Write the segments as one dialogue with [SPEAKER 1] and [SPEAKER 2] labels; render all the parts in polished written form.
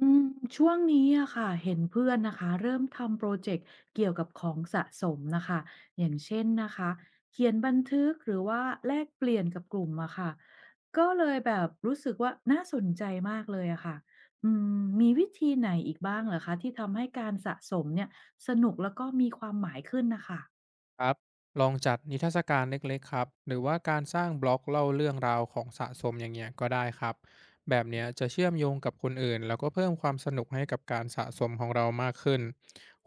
[SPEAKER 1] อืมช่วงนี้อะค่ะเห็นเพื่อนนะคะเริ่มทำโปรเจกต์เกี่ยวกับของสะสมนะคะอย่างเช่นนะคะเขียนบันทึกหรือว่าแลกเปลี่ยนกับกลุ่มอะค่ะก็เลยแบบรู้สึกว่าน่าสนใจมากเลยอะค่ะอืมมีวิธีไหนอีกบ้างเหรอคะที่ทำให้การสะสมเนี่ยสนุกแล้วก็มีความหมายขึ้นนะคะ
[SPEAKER 2] ครับลองจัดนิทรรศการเล็กๆครับหรือว่าการสร้างบล็อกเล่าเรื่องราวของสะสมอย่างเงี้ยก็ได้ครับแบบเนี้ยจะเชื่อมโยงกับคนอื่นแล้วก็เพิ่มความสนุกให้กับการสะสมของเรามากขึ้น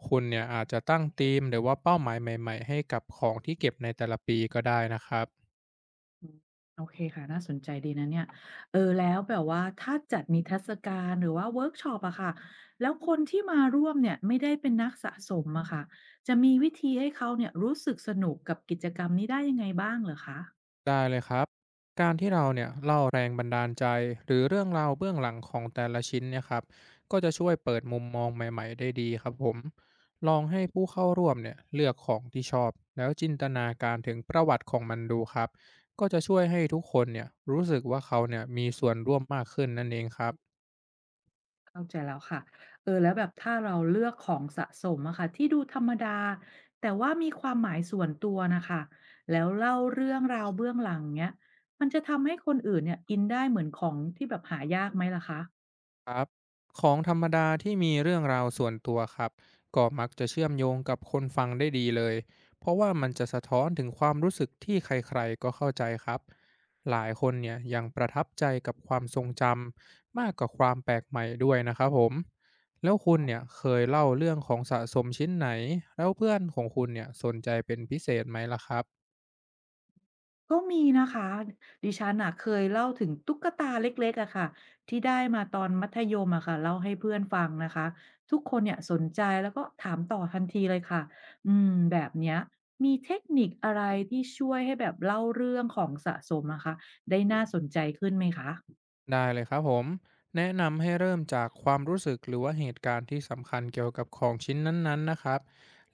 [SPEAKER 2] คุณเนี่ยอาจจะตั้งธีมหรือว่าเป้าหมายใหม่ๆให้กับของที่เก็บในแต่ละปีก็ได้นะครับ
[SPEAKER 1] อืมโอเคค่ะน่าสนใจดีนะเนี่ยเออแล้วแบบว่าถ้าจัดนิทรรศการหรือว่าเวิร์กช็อปอะค่ะแล้วคนที่มาร่วมเนี่ยไม่ได้เป็นนักสะสมอะค่ะจะมีวิธีให้เขาเนี่ยรู้สึกสนุกกับกิจกรรมนี้ได้ยังไงบ้างเหรอคะ
[SPEAKER 2] ได้เลยครับการที่เราเนี่ยเล่าแรงบันดาลใจหรือเรื่องราวเบื้องหลังของแต่ละชิ้นเนี่ยครับก็จะช่วยเปิดมุมมองใหม่ๆได้ดีครับผมลองให้ผู้เข้าร่วมเนี่ยเลือกของที่ชอบแล้วจินตนาการถึงประวัติของมันดูครับก็จะช่วยให้ทุกคนเนี่ยรู้สึกว่าเขาเนี่ยมีส่วนร่วมมากขึ้นนั่นเองครับ
[SPEAKER 1] เข้าใจแล้วค่ะเออแล้วแบบถ้าเราเลือกของสะสมอะค่ะที่ดูธรรมดาแต่ว่ามีความหมายส่วนตัวน่ะค่ะแล้วเล่าเรื่องราวเบื้องหลังเงี้ยมันจะทำให้คนอื่นเนี่ยอินได้เหมือนของที่แบบหายากไหมล่ะคะ
[SPEAKER 2] ครับของธรรมดาที่มีเรื่องราวส่วนตัวครับก็มักจะเชื่อมโยงกับคนฟังได้ดีเลยเพราะว่ามันจะสะท้อนถึงความรู้สึกที่ใครๆก็เข้าใจครับหลายคนเนี่ยยังประทับใจกับความทรงจำมากกว่าความแปลกใหม่ด้วยนะครับผมแล้วคุณเนี่ยเคยเล่าเรื่องของสะสมชิ้นไหนแล้วเพื่อนของคุณเนี่ยสนใจเป็นพิเศษไหมล่ะครับ
[SPEAKER 1] ก็มีนะคะดิฉันน่ะเคยเล่าถึงตุ๊กตาเล็กๆอะค่ะที่ได้มาตอนมัธยมอะค่ะเล่าให้เพื่อนฟังนะคะทุกคนเนี่ยสนใจแล้วก็ถามต่อทันทีเลยค่ะแบบเนี้ยมีเทคนิคอะไรที่ช่วยให้แบบเล่าเรื่องของสะสมนะคะได้น่าสนใจขึ้นไหมคะ
[SPEAKER 2] ได้เลยครับผมแนะนำให้เริ่มจากความรู้สึกหรือว่าเหตุการณ์ที่สำคัญเกี่ยวกับของชิ้นนั้นๆนะครับ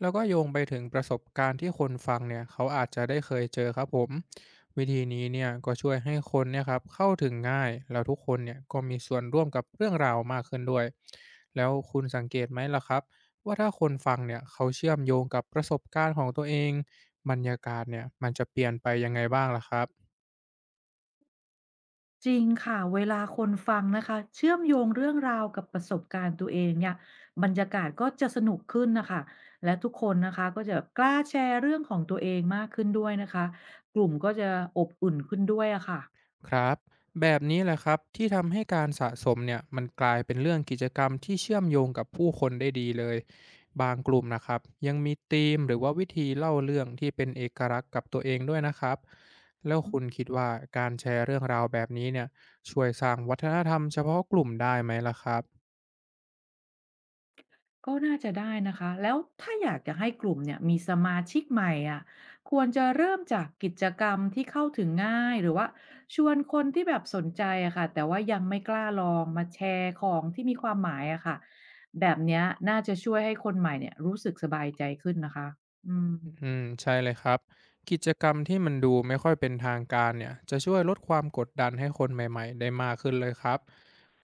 [SPEAKER 2] แล้วก็โยงไปถึงประสบการณ์ที่คนฟังเนี่ยเขาอาจจะได้เคยเจอครับผมวิธีนี้เนี่ยก็ช่วยให้คนเนี่ยครับเข้าถึงง่ายแล้วทุกคนเนี่ยก็มีส่วนร่วมกับเรื่องราวมากขึ้นด้วยแล้วคุณสังเกตไหมล่ะครับว่าถ้าคนฟังเนี่ยเขาเชื่อมโยงกับประสบการณ์ของตัวเองบรรยากาศเนี่ยมันจะเปลี่ยนไปยังไงบ้างล่ะครับ
[SPEAKER 1] จริงค่ะเวลาคนฟังนะคะเชื่อมโยงเรื่องราวกับประสบการณ์ตัวเองเนี่ยบรรยากาศก็จะสนุกขึ้นนะคะและทุกคนนะคะก็จะกล้าแชร์เรื่องของตัวเองมากขึ้นด้วยนะคะกลุ่มก็จะอบอุ่นขึ้นด้วยอะค่ะ
[SPEAKER 2] ครับแบบนี้แหละครับที่ทำให้การสะสมเนี่ยมันกลายเป็นเรื่องกิจกรรมที่เชื่อมโยงกับผู้คนได้ดีเลยบางกลุ่มนะครับยังมีธีมหรือว่าวิธีเล่าเรื่องที่เป็นเอกลักษณ์กับตัวเองด้วยนะครับแล้วคุณคิดว่าการแชร์เรื่องราวแบบนี้เนี่ยช่วยสร้างวัฒนธรรมเฉพาะกลุ่มได้ไหมล่ะครับ
[SPEAKER 1] ก็น่าจะได้นะคะแล้วถ้าอยากจะให้กลุ่มเนี่ยมีสมาชิกใหม่อ่ะควรจะเริ่มจากกิจกรรมที่เข้าถึงง่ายหรือว่าชวนคนที่แบบสนใจอะค่ะแต่ว่ายังไม่กล้าลองมาแชร์ของที่มีความหมายอะค่ะแบบเนี้ยน่าจะช่วยให้คนใหม่เนี่ยรู้สึกสบายใจขึ้นนะคะอื
[SPEAKER 2] อืมใช่เลยครับกิจกรรมที่มันดูไม่ค่อยเป็นทางการเนี่ยจะช่วยลดความกดดันให้คนใหม่ๆได้มากขึ้นเลยครับ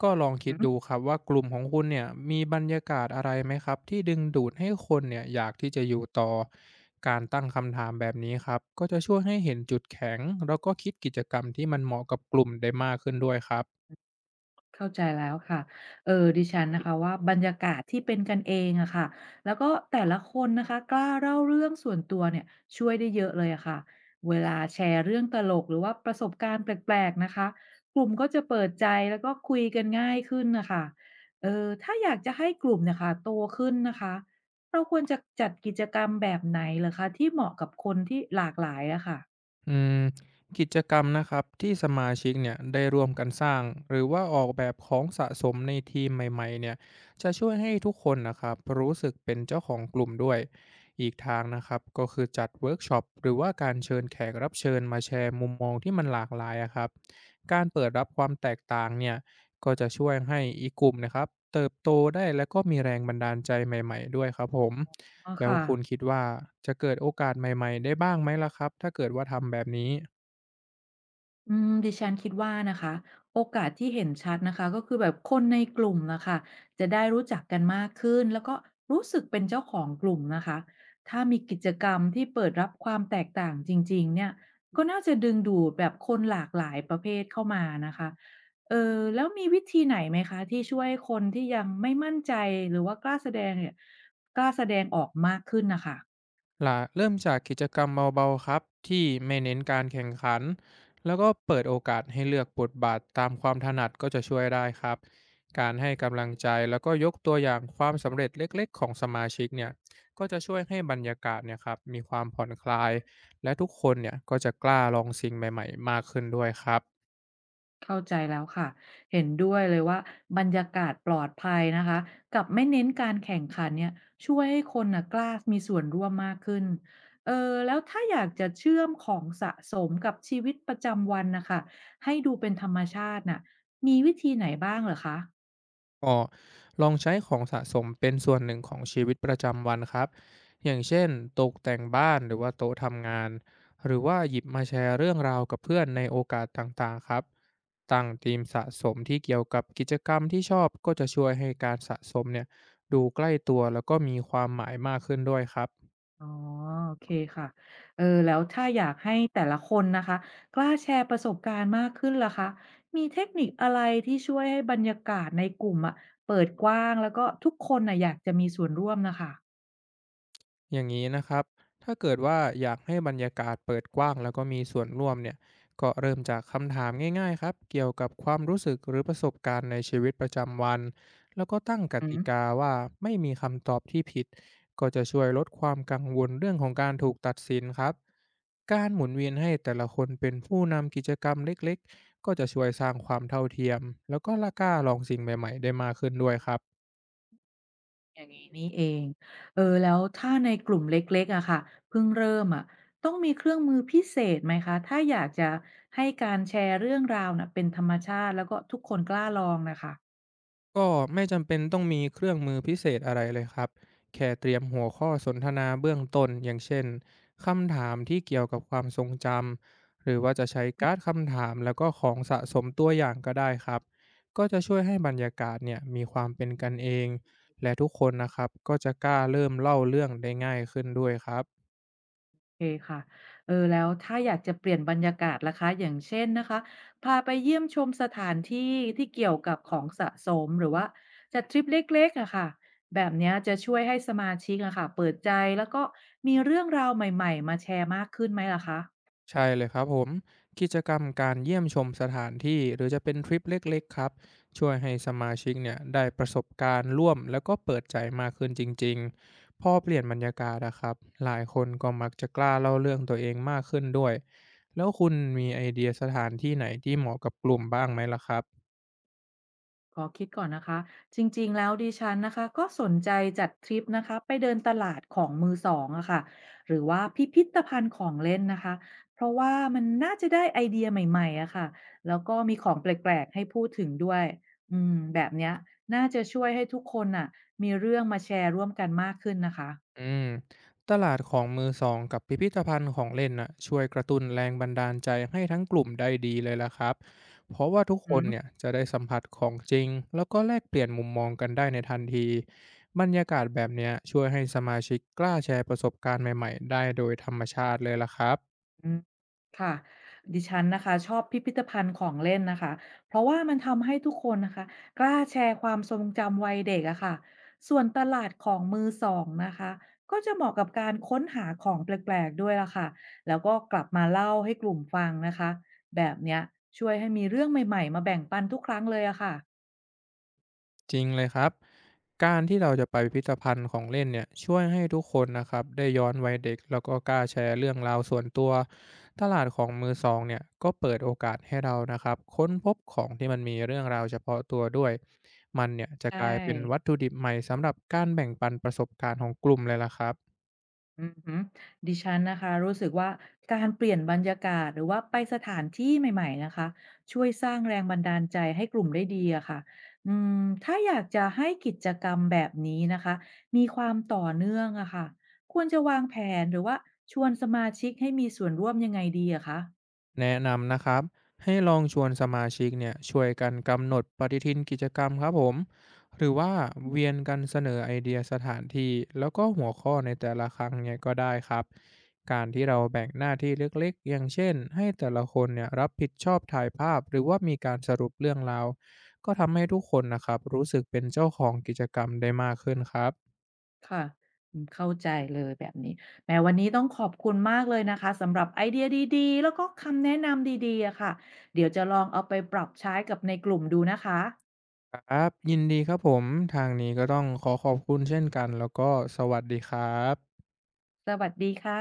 [SPEAKER 2] ก็ลองคิดดู
[SPEAKER 1] ม
[SPEAKER 2] ครับว่ากลุ่มของคุณเนี่ยมีบรรยากาศอะไรไหมครับที่ดึงดูดให้คนเนี่ยอยากที่จะอยู่ต่อการตั้งคำถามแบบนี้ครับก็จะช่วยให้เห็นจุดแข็งแล้วก็คิดกิจกรรมที่มันเหมาะกับกลุ่มได้มากขึ้นด้วยครับ
[SPEAKER 1] เข้าใจแล้วค่ะเออดิฉันนะคะว่าบรรยากาศที่เป็นกันเองอะค่ะแล้วก็แต่ละคนนะคะกล้าเล่าเรื่องส่วนตัวเนี่ยช่วยได้เยอะเลยอะค่ะเวลาแชร์เรื่องตลกหรือว่าประสบการณ์แปลกๆนะคะกลุ่มก็จะเปิดใจแล้วก็คุยกันง่ายขึ้นนะคะเออถ้าอยากจะให้กลุ่มเนี่ยค่ะโตขึ้นนะคะเราควรจะจัดกิจกรรมแบบไหนเหรอคะที่เหมาะกับคนที่หลากหลายอะค่ะ
[SPEAKER 2] อืมกิจกรรมนะครับที่สมาชิกเนี่ยได้ร่วมกันสร้างหรือว่าออกแบบของสะสมในทีมใหม่ๆเนี่ยจะช่วยให้ทุกคนนะครับรู้สึกเป็นเจ้าของกลุ่มด้วยอีกทางนะครับก็คือจัดเวิร์กช็อปหรือว่าการเชิญแขกรับเชิญมาแชร์มุมมองที่มันหลากหลายอะครับการเปิดรับความแตกต่างเนี่ย ก็จะช่วยให้อีกกลุ่มนะครับเติบโตได้และก็มีแรงบันดาลใจใหม่ๆด้วยครับผม
[SPEAKER 1] อ๋อ
[SPEAKER 2] แล้ว
[SPEAKER 1] ค่ะ
[SPEAKER 2] คุณคิดว่าจะเกิดโอกาสใหม่ๆได้บ้างไหมล่ะครับถ้าเกิดว่าทำแบบนี้
[SPEAKER 1] ดิฉันคิดว่านะคะโอกาสที่เห็นชัดนะคะก็คือแบบคนในกลุ่มนะคะจะได้รู้จักกันมากขึ้นแล้วก็รู้สึกเป็นเจ้าของกลุ่มนะคะถ้ามีกิจกรรมที่เปิดรับความแตกต่างจริงๆเนี่ยก็น่าจะดึงดูดแบบคนหลากหลายประเภทเข้ามานะคะเออแล้วมีวิธีไหนไหมคะที่ช่วยคนที่ยังไม่มั่นใจหรือว่ากล้าแสดงเนี่ยกล้าแสดงออกมากขึ้นนะคะ
[SPEAKER 2] ล่ะเริ่มจากกิจกรรมเบาๆครับที่ไม่เน้นการแข่งขันแล้วก็เปิดโอกาสให้เลือกบทบาทตามความถนัดก็จะช่วยได้ครับการให้กำลังใจแล้วก็ยกตัวอย่างความสำเร็จเล็กๆของสมาชิกเนี่ยก็จะช่วยให้บรรยากาศเนี่ยครับมีความผ่อนคลายและทุกคนเนี่ยก็จะกล้าลองสิ่งใหม่ๆมากขึ้นด้วยครับ
[SPEAKER 1] เข้าใจแล้วค่ะเห็นด้วยเลยว่าบรรยากาศปลอดภัยนะคะกับไม่เน้นการแข่งขันเนี่ยช่วยให้คนน่ะกล้ามีส่วนร่วมมากขึ้นเออแล้วถ้าอยากจะเชื่อมของสะสมกับชีวิตประจำวันนะคะให้ดูเป็นธรรมชาติน่ะมีวิธีไหนบ้างเหรอคะ
[SPEAKER 2] ก็ลองใช้ของสะสมเป็นส่วนหนึ่งของชีวิตประจำวันครับอย่างเช่นตกแต่งบ้านหรือว่าโต๊ะทำงานหรือว่าหยิบมาแชร์เรื่องราวกับเพื่อนในโอกาสต่างๆครับตั้งธีมสะสมที่เกี่ยวกับกิจกรรมที่ชอบก็จะช่วยให้การสะสมเนี่ยดูใกล้ตัวแล้วก็มีความหมายมากขึ้นด้วยครับ
[SPEAKER 1] อ๋อโอเคค่ะเออแล้วถ้าอยากให้แต่ละคนนะคะกล้าแชร์ประสบการณ์มากขึ้นล่ะคะมีเทคนิคอะไรที่ช่วยให้บรรยากาศในกลุ่มอะเปิดกว้างแล้วก็ทุกคนน่ะอยากจะมีส่วนร่วมนะคะ
[SPEAKER 2] อย่างนี้นะครับ ถ้าเกิดว่าอยากให้บรรยากาศเปิดกว้างแล้วก็มีส่วนร่วมเนี่ย ก็เริ่มจากคำถามง่ายๆครับ เกี่ยวกับความรู้สึกหรือประสบการณ์ในชีวิตประจำวัน แล้วก็ตั้งก
[SPEAKER 1] อืม
[SPEAKER 2] ติกาว่าไม่มีคำตอบที่ผิด ก็จะช่วยลดความกังวลเรื่องของการถูกตัดสินครับ การหมุนเวียนให้แต่ละคนเป็นผู้นำกิจกรรมเล็กๆก็จะช่วยสร้างความเท่าเทียมแล้วก็ละกล้าลองสิ่งใหม่ๆได้มากขึ้นด้วยครับ
[SPEAKER 1] อย่างนี้นี่เองเออแล้วถ้าในกลุ่มเล็กๆอะค่ะเพิ่งเริ่มอะต้องมีเครื่องมือพิเศษไหมคะถ้าอยากจะให้การแชร์เรื่องราวน่ะเป็นธรรมชาติแล้วก็ทุกคนกล้าลองนะคะ
[SPEAKER 2] ก็ไม่จำเป็นต้องมีเครื่องมือพิเศษอะไรเลยครับ แค่เตรียมหัวข้อสนทนาเบื้องต้นอย่างเช่นคำถามที่เกี่ยวกับความทรงจำหรือว่าจะใช้การ์ดคำถามแล้วก็ของสะสมตัวอย่างก็ได้ครับก็จะช่วยให้บรรยากาศเนี่ยมีความเป็นกันเองและทุกคนนะครับก็จะกล้าเริ่มเล่าเรื่องได้ง่ายขึ้นด้วยครับ
[SPEAKER 1] โอเคค่ะเออแล้วถ้าอยากจะเปลี่ยนบรรยากาศล่ะคะ อย่างเช่นนะคะ พาไปเยี่ยมชมสถานที่ที่เกี่ยวกับของสะสมหรือว่าจัดทริปเล็กๆอะค่ะแบบเนี้ยจะช่วยให้สมาชิกอะค่ะเปิดใจแล้วก็มีเรื่องราวใหม่ๆมาแชร์มากขึ้นไหมล่ะคะ
[SPEAKER 2] ใช่เลยครับผมกิจกรรมการเยี่ยมชมสถานที่หรือจะเป็นทริปเล็กๆครับช่วยให้สมาชิกเนี่ยได้ประสบการณ์ร่วมแล้วก็เปิดใจมากขึ้นจริงๆพอเปลี่ยนบรรยากาศนะครับหลายคนก็มักจะกล้าเล่าเรื่องตัวเองมากขึ้นด้วยแล้วคุณมีไอเดียสถานที่ไหนที่เหมาะกับกลุ่มบ้างไหมล่ะครับ
[SPEAKER 1] ขอคิดก่อนนะคะจริงๆแล้วดิฉันนะคะก็สนใจจัดทริปนะคะไปเดินตลาดของมือสองอะค่ะหรือว่าพิพิธภัณฑ์ของเล่นนะคะเพราะว่ามันน่าจะได้ไอเดียใหม่ๆอะค่ะแล้วก็มีของแปลกๆให้พูดถึงด้วยแบบเนี้ยน่าจะช่วยให้ทุกคนน่ะมีเรื่องมาแชร์ร่วมกันมากขึ้นนะคะ
[SPEAKER 2] อืมตลาดของมือสองกับพิพิธภัณฑ์ของเล่นน่ะช่วยกระตุ้นแรงบันดาลใจให้ทั้งกลุ่มได้ดีเลยล่ะครับเพราะว่าทุกคนเนี่ยจะได้สัมผัสของจริงแล้วก็แลกเปลี่ยนมุมมองกันได้ในทันทีบรรยากาศแบบเนี้ยช่วยให้สมาชิกกล้าแชร์ประสบการณ์ใหม่ๆได้โดยธรรมชาติเลยล่ะครับ
[SPEAKER 1] อืมค่ะดิฉันนะคะชอบพิพิธภัณฑ์ของเล่นนะคะเพราะว่ามันทำให้ทุกคนนะคะกล้าแชร์ความทรงจำวัยเด็กอะค่ะส่วนตลาดของมือสองนะคะก็จะเหมาะกับการค้นหาของแปลกๆด้วยล่ะค่ะแล้วก็กลับมาเล่าให้กลุ่มฟังนะคะแบบเนี้ยช่วยให้มีเรื่องใหม่ๆมาแบ่งปันทุกครั้งเลยอะค่ะ
[SPEAKER 2] จริงเลยครับการที่เราจะไปพิพิธภัณฑ์ของเล่นเนี่ยช่วยให้ทุกคนนะครับได้ย้อนวัยเด็กแล้วก็กล้าแชร์เรื่องราวส่วนตัวตลาดของมือสองเนี่ยก็เปิดโอกาสให้เรานะครับค้นพบของที่มันมีเรื่องราวเฉพาะตัวด้วยมันเนี่ยจะ
[SPEAKER 1] ใช
[SPEAKER 2] กลายเป็นวัต
[SPEAKER 1] ่
[SPEAKER 2] ถุดิบใหม่สำหรับการแบ่งปันประสบการณ์ของกลุ่มเลยล่ะครับ
[SPEAKER 1] อือฮึดิฉันนะคะรู้สึกว่าการเปลี่ยนบรรยากาศหรือว่าไปสถานที่ใหม่ๆนะคะช่วยสร้างแรงบันดาลใจให้กลุ่มได้ดีอะค่ะอืมถ้าอยากจะให้กิจกรรมแบบนี้นะคะมีความต่อเนื่องอะค่ะควรจะวางแผนหรือว่าชวนสมาชิกให้มีส่วนร่วมยังไงดีอะคะ
[SPEAKER 2] แนะนำนะครับให้ลองชวนสมาชิกเนี่ยช่วยกันกำหนดปฏิทินกิจกรรมครับผมหรือว่าเวียนกันเสนอไอเดียสถานที่แล้วก็หัวข้อในแต่ละครั้งเนี่ยก็ได้ครับการที่เราแบ่งหน้าที่เล็กๆอย่างเช่นให้แต่ละคนเนี่ยรับผิดชอบถ่ายภาพหรือว่ามีการสรุปเรื่องราวก็ทำให้ทุกคนนะครับรู้สึกเป็นเจ้าของกิจกรรมได้มากขึ้นครับ
[SPEAKER 1] ค่ะอืมเข้าใจเลยแบบนี้แหมวันนี้ต้องขอบคุณมากเลยนะคะสำหรับไอเดียดีๆแล้วก็คำแนะนำดีๆอะค่ะเดี๋ยวจะลองเอาไปปรับใช้กับในกลุ่มดูนะคะ
[SPEAKER 2] ครับยินดีครับผมทางนี้ก็ต้องขอขอบคุณเช่นกันแล้วก็สวัสดีครับ
[SPEAKER 1] สวัสดีค่ะ